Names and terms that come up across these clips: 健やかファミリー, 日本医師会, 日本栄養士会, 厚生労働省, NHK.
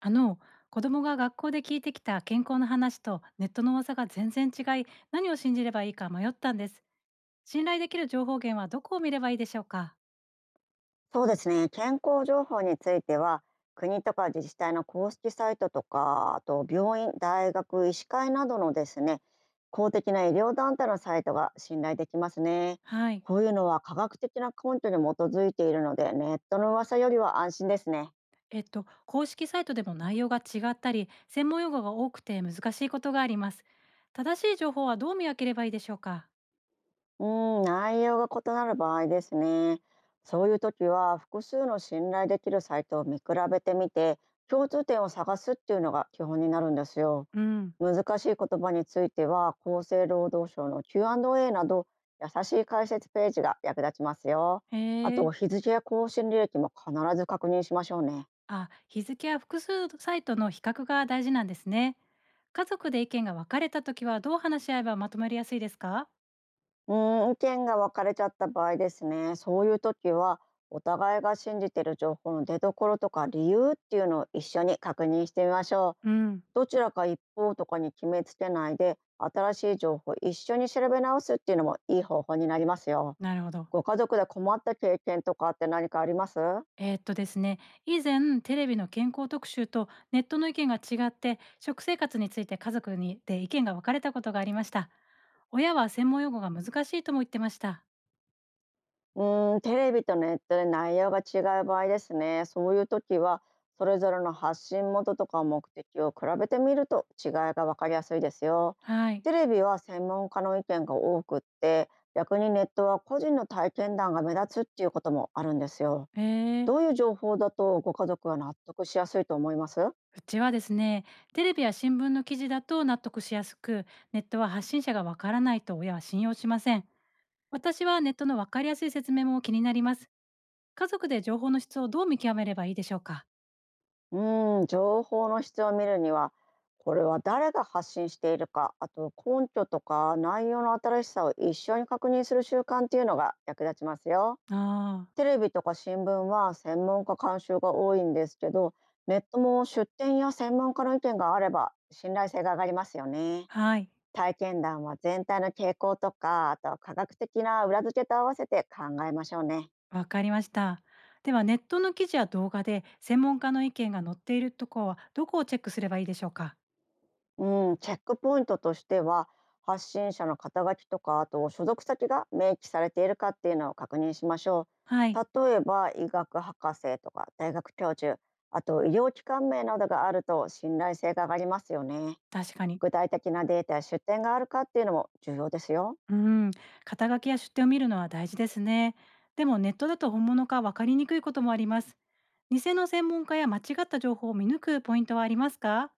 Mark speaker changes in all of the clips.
Speaker 1: あの子供が学校で聞いてきた健康の話とネットの噂が全然違い、何を信じればいいか迷ったんです。信頼できる情報源はどこを見ればいいでしょうか？
Speaker 2: そうですね。健康情報については、国とか自治体の公式サイトとか、あと病院、大学、医師会などのですね、公的な医療団体のサイトが信頼できますね。
Speaker 1: はい。
Speaker 2: こういうのは科学的な根拠に基づいているので、ネットの噂よりは安心ですね。
Speaker 1: 公式サイトでも内容が違ったり、専門用語が多くて難しいことがあります。正しい情報はどう見分ければいいでしょうか？
Speaker 2: う内容が異なる場合ですね。そういう時は、複数の信頼できるサイトを見比べてみて、共通点を探すっていうのが基本になるんですよ。
Speaker 1: うん。
Speaker 2: 難しい言葉については、厚生労働省の Q&A など、優しい解説ページが役立ちますよ。
Speaker 1: へ
Speaker 2: あ
Speaker 1: え。
Speaker 2: と、日付や更新履歴も必ず確認しましょうね。
Speaker 1: あ、日付や複数サイトの比較が大事なんですね。家族で意見が分かれた時はどう話し合えばまとまりやすいですか？
Speaker 2: 意見が分かれちゃった場合ですね、そういう時は、お互いが信じている情報の出所とか理由っていうのを一緒に確認してみましょう。
Speaker 1: うん。
Speaker 2: どちらか一方とかに決めつけないで、新しい情報を一緒に調べ直すっていうのもいい方法になりますよ。
Speaker 1: なるほど。
Speaker 2: ご家族で困った経験とかって何かあります？
Speaker 1: えーっとですね、以前テレビの健康特集とネットの意見が違って、食生活について家族にで意見が分かれたことがありました。親は専門用語が難しいとも言ってました。
Speaker 2: テレビとネットで内容が違う場合ですね。そういう時は、それぞれの発信元とか目的を比べてみると違いがわかりやすいですよ。
Speaker 1: はい。
Speaker 2: テレビは専門家の意見が多くって、逆にネットは個人の体験談が目立つっていうこともあるんですよ。
Speaker 1: えー、
Speaker 2: どういう情報だとご家族は納得しやすいと思います？
Speaker 1: うちはですね、テレビや新聞の記事だと納得しやすく、ネットは発信者が分からないと親は信用しません。私はネットの分かりやすい説明も気になります。家族で情報の質をどう見極めればいいでしょうか。
Speaker 2: う情報の質を見るには、これは誰が発信しているか、あと根拠とか内容の新しさを一緒に確認する習慣っていうのが役立ちますよ。
Speaker 1: ああ、
Speaker 2: テレビとか新聞は専門家監修が多いんですけど、ネットも出典や専門家の意見があれば信頼性が上がりますよね。
Speaker 1: はい。
Speaker 2: 体験談は全体の傾向とか、あとは科学的な裏付けと合わせて考えましょうね。
Speaker 1: わかりました。ではネットの記事や動画で専門家の意見が載っているとこはどこをチェックすればいいでしょうか？
Speaker 2: うん、チェックポイントとしては、発信者の肩書きとか、あと所属先が明記されているかっていうのを確認しましょ
Speaker 1: はい、
Speaker 2: う。例えば医学博士とか大学教授、あと医療機関名などがあると信頼性が上がりますよね。
Speaker 1: 確かに。
Speaker 2: 具体的なデータや出典があるかっていうのも重要ですよ。
Speaker 1: うん、肩書きや出典を見るのは大事ですね。でもネットだと本物かわかりにくいこともあります。偽の専門家や間違った情報を見抜くポイントはありますか？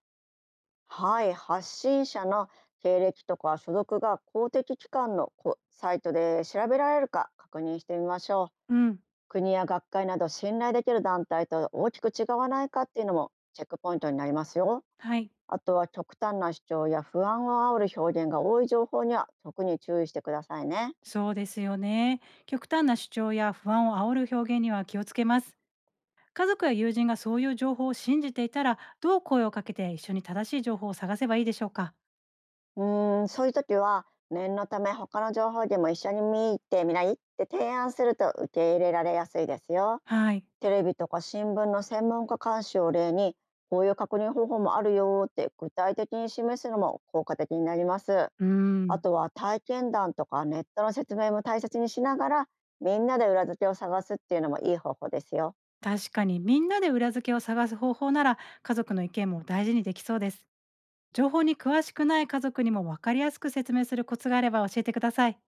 Speaker 2: はい、発信者の経歴とか所属が公的機関のサイトで調べられるか確認してみましょう。
Speaker 1: うん、
Speaker 2: 国や学会など信頼できる団体と大きく違わないかっていうのもチェックポイントになりますよ。
Speaker 1: はい、
Speaker 2: あとは、極端な主張や不安を煽る表現が多い情報には特に注意してくださいね。
Speaker 1: そうですよね。極端な主張や不安を煽る表現には気をつけます。家族や友人がそういう情報を信じていたら、どう声をかけて一緒に正しい情報を探せばいいでしょうか？
Speaker 2: そういう時は、念のため他の情報源も一緒に見てみないって提案すると受け入れられやすいですよ。
Speaker 1: はい。
Speaker 2: テレビとか新聞の専門家監視を例に、こういう確認方法もあるよって具体的に示すのも効果的になります。
Speaker 1: うー
Speaker 2: あ
Speaker 1: ん、
Speaker 2: とは体験談とかネットの説明も大切にしながら、みんなで裏付けを探すっていうのもいい方法ですよ。
Speaker 1: 確かにみんなで裏付けを探す方法なら、家族の意見も大事にできそうです。情報に詳しくない家族にも分かりやすく説明するコツがあれば教えてください。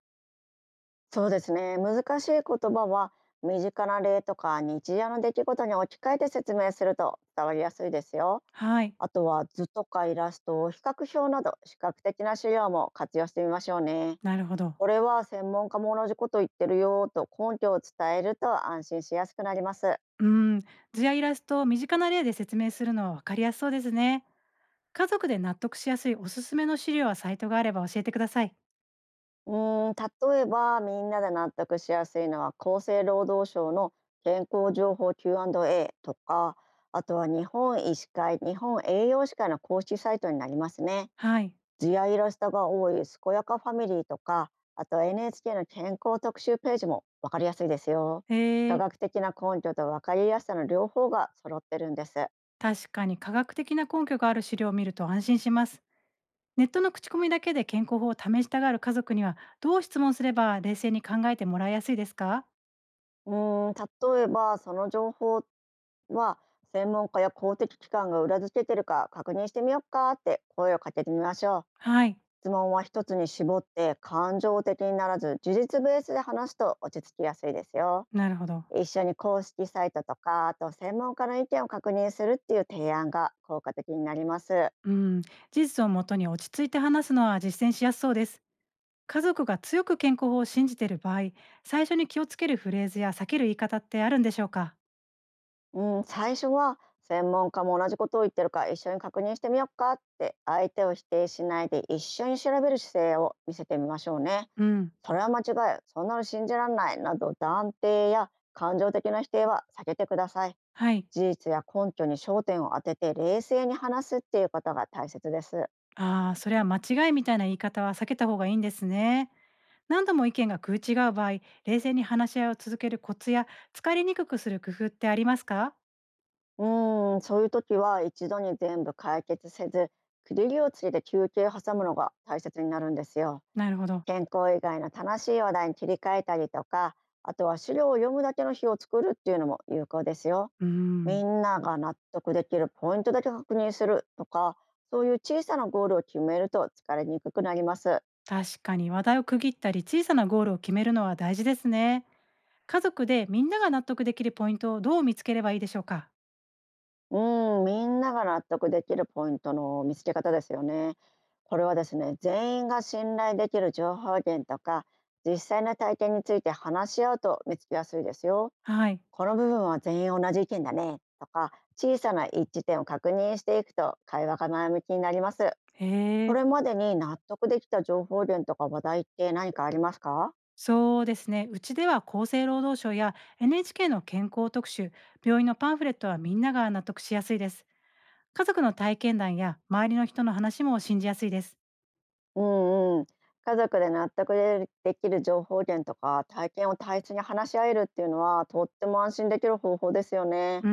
Speaker 2: そうですね。難しい言葉は、身近な例とか日常の出来事に置き換えて説明すると伝わりやすいですよ。
Speaker 1: はい、
Speaker 2: あとは図とかイラスト、比較表など視覚的な資料も活用してみましょうね。
Speaker 1: なるほど。
Speaker 2: これは専門家も同じこと言ってるよと根拠を伝えると安心しやすくなります。
Speaker 1: うーん、図やイラストを身近な例で説明するのは分かりやすそうですね。家族で納得しやすいおすすめの資料やサイトがあれば教えてください。
Speaker 2: うーん、例えばみんなで納得しやすいのは、厚生労働省の健康情報 Q&A とか、あとは日本医師会、日本栄養士会の公式サイトになりますね。
Speaker 1: はい。
Speaker 2: 図やイラストが多い「健やかファミリー」とか、あと NHK の健康特集ページも分かりやすいですよ。科
Speaker 1: えー
Speaker 2: 学的な根拠と分かりやすさの両方が揃ってるんです。
Speaker 1: 確かに科学的な根拠がある資料を見ると安心します。ネットの口コミだけで健康法を試したがる家族にはどう質問すれば冷静に考えてもらいやすいですか？
Speaker 2: うーん例えば、その情報は、専門家や公的機関が裏付けてるか確認してみよっかって声をかけてみましょう。
Speaker 1: はい、
Speaker 2: 質問は一つに絞って、感情的にならず事実ベースで話すと落ち着きやすいですよ。
Speaker 1: なるほど。
Speaker 2: 一緒に公式サイトとか、あと専門家の意見を確認するっていう提案が効果的になります。
Speaker 1: うん、事実をもとに落ち着いて話すのは実践しやすそうです。家族が強く健康法を信じている場合、最初に気をつけるフレーズや避ける言い方ってあるんでしょうか？
Speaker 2: うん、最初は、専門家も同じことを言ってるか一緒に確認してみよっかって、相手を否定しないで一緒に調べる姿勢を見せてみましょうね。
Speaker 1: うん、
Speaker 2: それは間違い、そんなの信じらんない、など断定や感情的な否定は避けてください。
Speaker 1: はい。
Speaker 2: 事実や根拠に焦点を当てて冷静に話すっていうことが大切です。
Speaker 1: ああ、それは間違いみたいな言い方は避けた方がいいんですね。何度も意見が食い違う場合、冷静に話し合いを続けるコツや、疲れにくくする工夫ってありますか？
Speaker 2: そういう時は、一度に全部解決せず、区切りをつけて休憩を挟むのが大切になるんですよ。
Speaker 1: なるほど。
Speaker 2: 健康以外の楽しい話題に切り替えたりとか、あとは資料を読むだけの日を作るっていうのも有効ですよ。
Speaker 1: うー
Speaker 2: み
Speaker 1: ん。
Speaker 2: んなが納得できるポイントだけ確認するとか、そういう小さなゴールを決めると疲れにくくなります。
Speaker 1: 確かに話題を区切ったり、小さなゴールを決めるのは大事ですね。家族でみんなが納得できるポイントをどう見つければいいでしょうか？
Speaker 2: うん、みんなが納得できるポイントの見つけ方ですよね。これはですね、全員が信頼できる情報源とか、実際の体験について話し合うと見つけやすいですよ。
Speaker 1: はい。
Speaker 2: この部分は全員同じ意見だねとか、小さな一致点を確認していくと会話が前向きになります。
Speaker 1: へ
Speaker 2: こ
Speaker 1: え。
Speaker 2: れまでに納得できた情報源とか話題って何かありますか？
Speaker 1: そうですね。うちでは厚生労働省や NHK の健康特集、病院のパンフレットはみんなが納得しやすいです。家族の体験談や周りの人の話も信じやすいです。
Speaker 2: うんうん。家族で納得でできる情報源とか体験を大切に話し合えるっていうのは、とっても安心できる方法ですよね。
Speaker 1: うー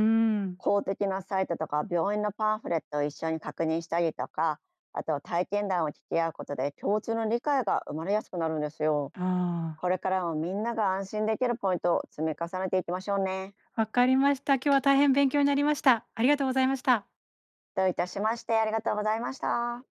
Speaker 1: ん。
Speaker 2: 公的なサイトとか病院のパンフレットを一緒に確認したりとか、あと体験談を聞き合うことで共通の理解が生まれやすくなるんですよ。
Speaker 1: ああ。
Speaker 2: これからもみんなが安心できるポイントを積み重ねていきましょうね。
Speaker 1: わかりました。今日は大変勉強になりました。ありがとうございました。
Speaker 2: どういたしまして。ありがとうございました。